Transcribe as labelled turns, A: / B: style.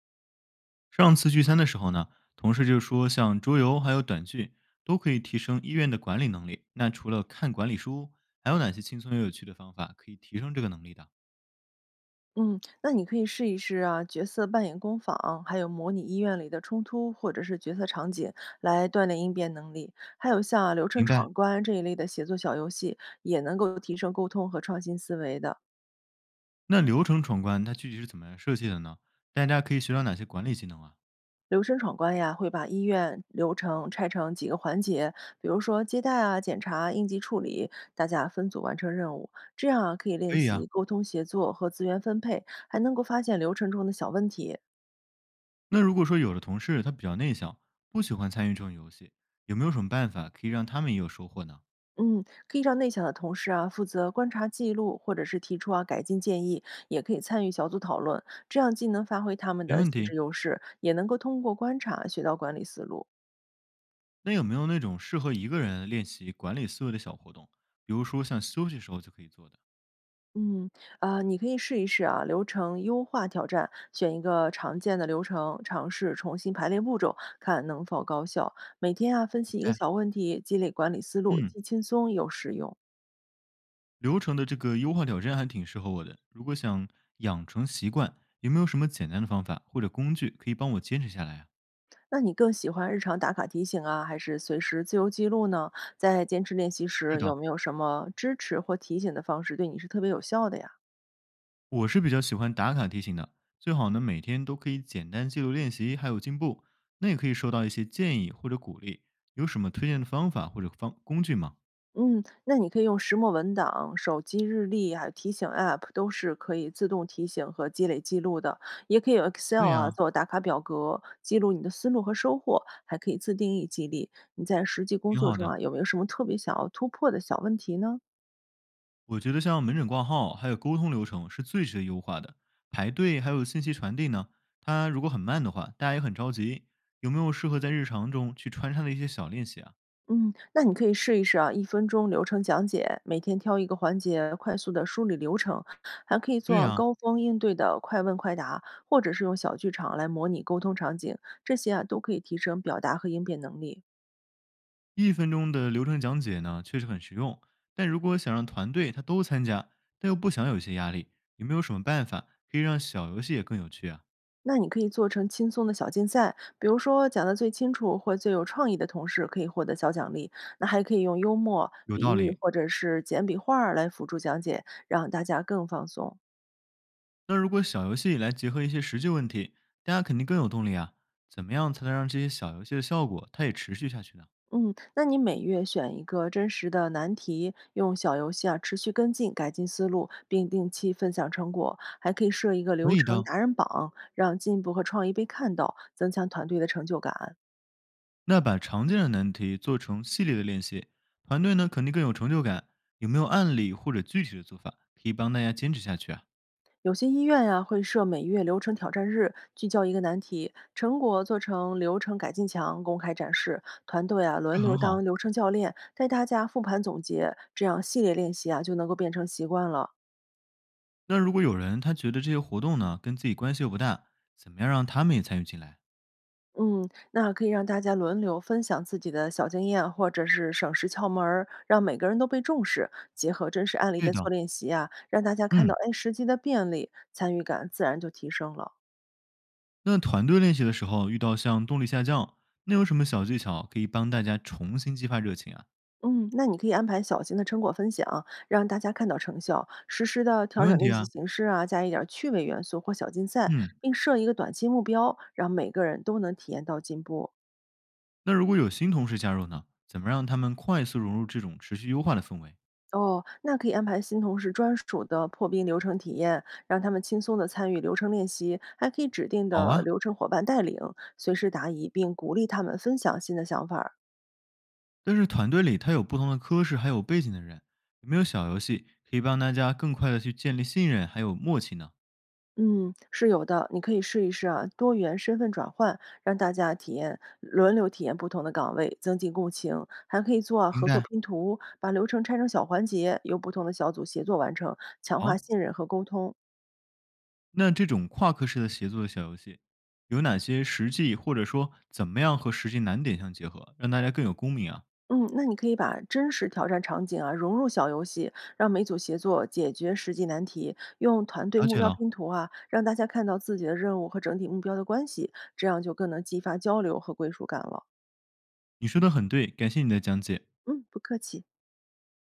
A: 上次聚餐的时候呢，同事就说，像桌游还有短剧都可以提升医院的管理能力。那除了看管理书，还有哪些轻松又有趣的方法可以提升这个能力的？
B: 嗯，那你可以试一试角色扮演工坊，还有模拟医院里的冲突或者是角色场景，来锻炼应变能力。还有像流程
A: 明白，
B: 闯关这一类的写作小游戏，也能够提升沟通和创新思维的。
A: 那流程闯关它具体是怎么样设计的呢？大家可以学到哪些管理技能啊？
B: 流程闯关呀，会把医院流程拆成几个环节，比如说接待啊、检查、应急处理，大家分组完成任务，这样可以
A: 可
B: 练
A: 以啊。
B: 习沟通协作和资源分配，还能够发现流程中的小问题。
A: 那如果说有的同事他比较内向，不喜欢参与这种游戏，有没有什么办法可以让他们也有收获呢？
B: 嗯，可以让内向的同事负责观察记录，或者是提出改进建议，也可以参与小组讨论，这样既能发挥他们
A: 没
B: 的
A: 问
B: 细
A: 题。
B: 致优势，也能够通过观察学到管理思路。
A: 那有没有那种适合一个人练习管理思维的小活动？比如说像休息时候就可以做的？
B: 嗯，你可以试一试流程优化挑战，选一个常见的流程，尝试重新排列步骤，看能否高效。每天分
A: 明
B: 析一个
A: 白。
B: 小问题，积累管理思路，
A: 嗯，
B: 既轻松又实用。
A: 流程的这个优化挑战还挺适合我的。如果想养成习惯，有没有什么简单的方法或者工具可以帮我坚持下来啊？
B: 那你更喜欢日常打卡提醒啊，还是随时自由记录呢？在坚持练习
A: 是
B: 时，有
A: 的，
B: 没有什么支持或提醒的方式对你是特别有效的呀？
A: 我是比较喜欢打卡提醒的，最好呢每天都可以简单记录练习还有进步。那也可以收到一些建议或者鼓励，有什么推荐的方法或者方工具吗？
B: 嗯，那你可以用石墨文档、手机日历，还有提醒 App，都是可以自动提醒和积累记录的。也可以用 Excel
A: 对呀、
B: 做打卡表格，记录你的思路和收获，还可以自定义激励。你在实际工
A: 挺
B: 作
A: 好
B: 中
A: 的。
B: 有没有什么特别想要突破的小问题呢？
A: 我觉得像门诊挂号还有沟通流程是最值得优化的，排队还有信息传递呢，它如果很慢的话，大家也很着急。有没有适合在日常中去穿插的一些小练习啊？
B: 嗯，那你可以试一试一分钟流程讲解，每天挑一个环节，快速的梳理流程，还可以
A: 对
B: 做
A: 呀、
B: 高峰应对的快问快答，或者是用小剧场来模拟沟通场景，这些都可以提升表达和应变能力。
A: 一分钟的流程讲解呢，确实很实用。但如果想让团队他都参加，但又不想有一些压力，有没有什么办法可以让小游戏也更有趣啊？
B: 那你可以做成轻松的小竞赛，比如说讲得最清楚或最有创意的同事可以获得小奖励。那还可以用幽默、
A: 有
B: 比
A: 道
B: 喻
A: 理。
B: 或者是简笔画儿来辅助讲解，让大家更放松。
A: 那如果小游戏来结合一些实际问题，大家肯定更有动力啊。怎么样才能让这些小游戏的效果它也持续下去呢？
B: 嗯，那你每月选一个真实的难题，用小游戏持续跟进，改进思路，并定期分享成果，还可以设一个
A: 可
B: 流
A: 以
B: 程
A: 的，
B: 达人榜，让进步和创意被看到，增强团队的成就感。
A: 那把常见的难题做成系列的练习，团队呢肯定更有成就感。有没有案例或者具体的做法可以帮大家坚持下去啊？
B: 有些医院呀、会设每月流程挑战日，聚焦一个难题，成果做成流程改进墙公开展示，团队
A: 这
B: 轮流
A: 很好。
B: 当流程教练，带大家复盘总结，这样系列练习就能够变成习惯了。
A: 那如果有人他觉得这些活动呢跟自己关系又不大，怎么样让他们也参与进来？
B: 嗯，那可以让大家轮流分享自己的小经验，或者是省时窍门儿，让每个人都被重视。结合真实案例
A: 对
B: 的做
A: 的，
B: 练习让大家看到
A: 嗯，
B: 哎实际的便利，参与感自然就提升了。
A: 那团队练习的时候遇到像动力下降，那有什么小技巧可以帮大家重新激发热情啊？
B: 嗯，那你可以安排小型的成果分享，让大家看到成效，实时的调
A: 没问
B: 整
A: 题
B: 练习
A: 啊，
B: 形式加一点儿趣味元素或小竞赛，
A: 嗯，
B: 并设一个短期目标，让每个人都能体验到进步。
A: 那如果有新同事加入呢，怎么让他们快速融入这种持续优化的氛围？
B: 哦，那可以安排新同事专属的破冰流程体验，让他们轻松地参与流程练习，还可以指定
A: 好
B: 的
A: 啊，
B: 流程伙伴带领，随时答疑，并鼓励他们分享新的想法儿。
A: 但是团队里他有不同的科室还有背景的人，有没有小游戏可以帮大家更快的去建立信任还有默契呢？
B: 嗯，是有的，你可以试一试多元身份转换，让大家轮流体验不同的岗位，增进共情。还可以做
A: 明
B: 合作
A: 白。
B: 拼图，把流程拆成小环节，由不同的小组协作完成，强化
A: 好，
B: 信任和沟通。
A: 那这种跨科室的协作的小游戏，有哪些实际或者说怎么样和实际难点相结合，让大家更有共鸣啊？
B: 嗯，那你可以把真实挑战场景融入小游戏，让每组协作解决实际难题，用团队
A: 了
B: 目
A: 解
B: 标
A: 了，
B: 拼图让大家看到自己的任务和整体目标的关系，这样就更能激发交流和归属感了。
A: 你说的很对，感谢你的讲解。
B: 嗯，不客气。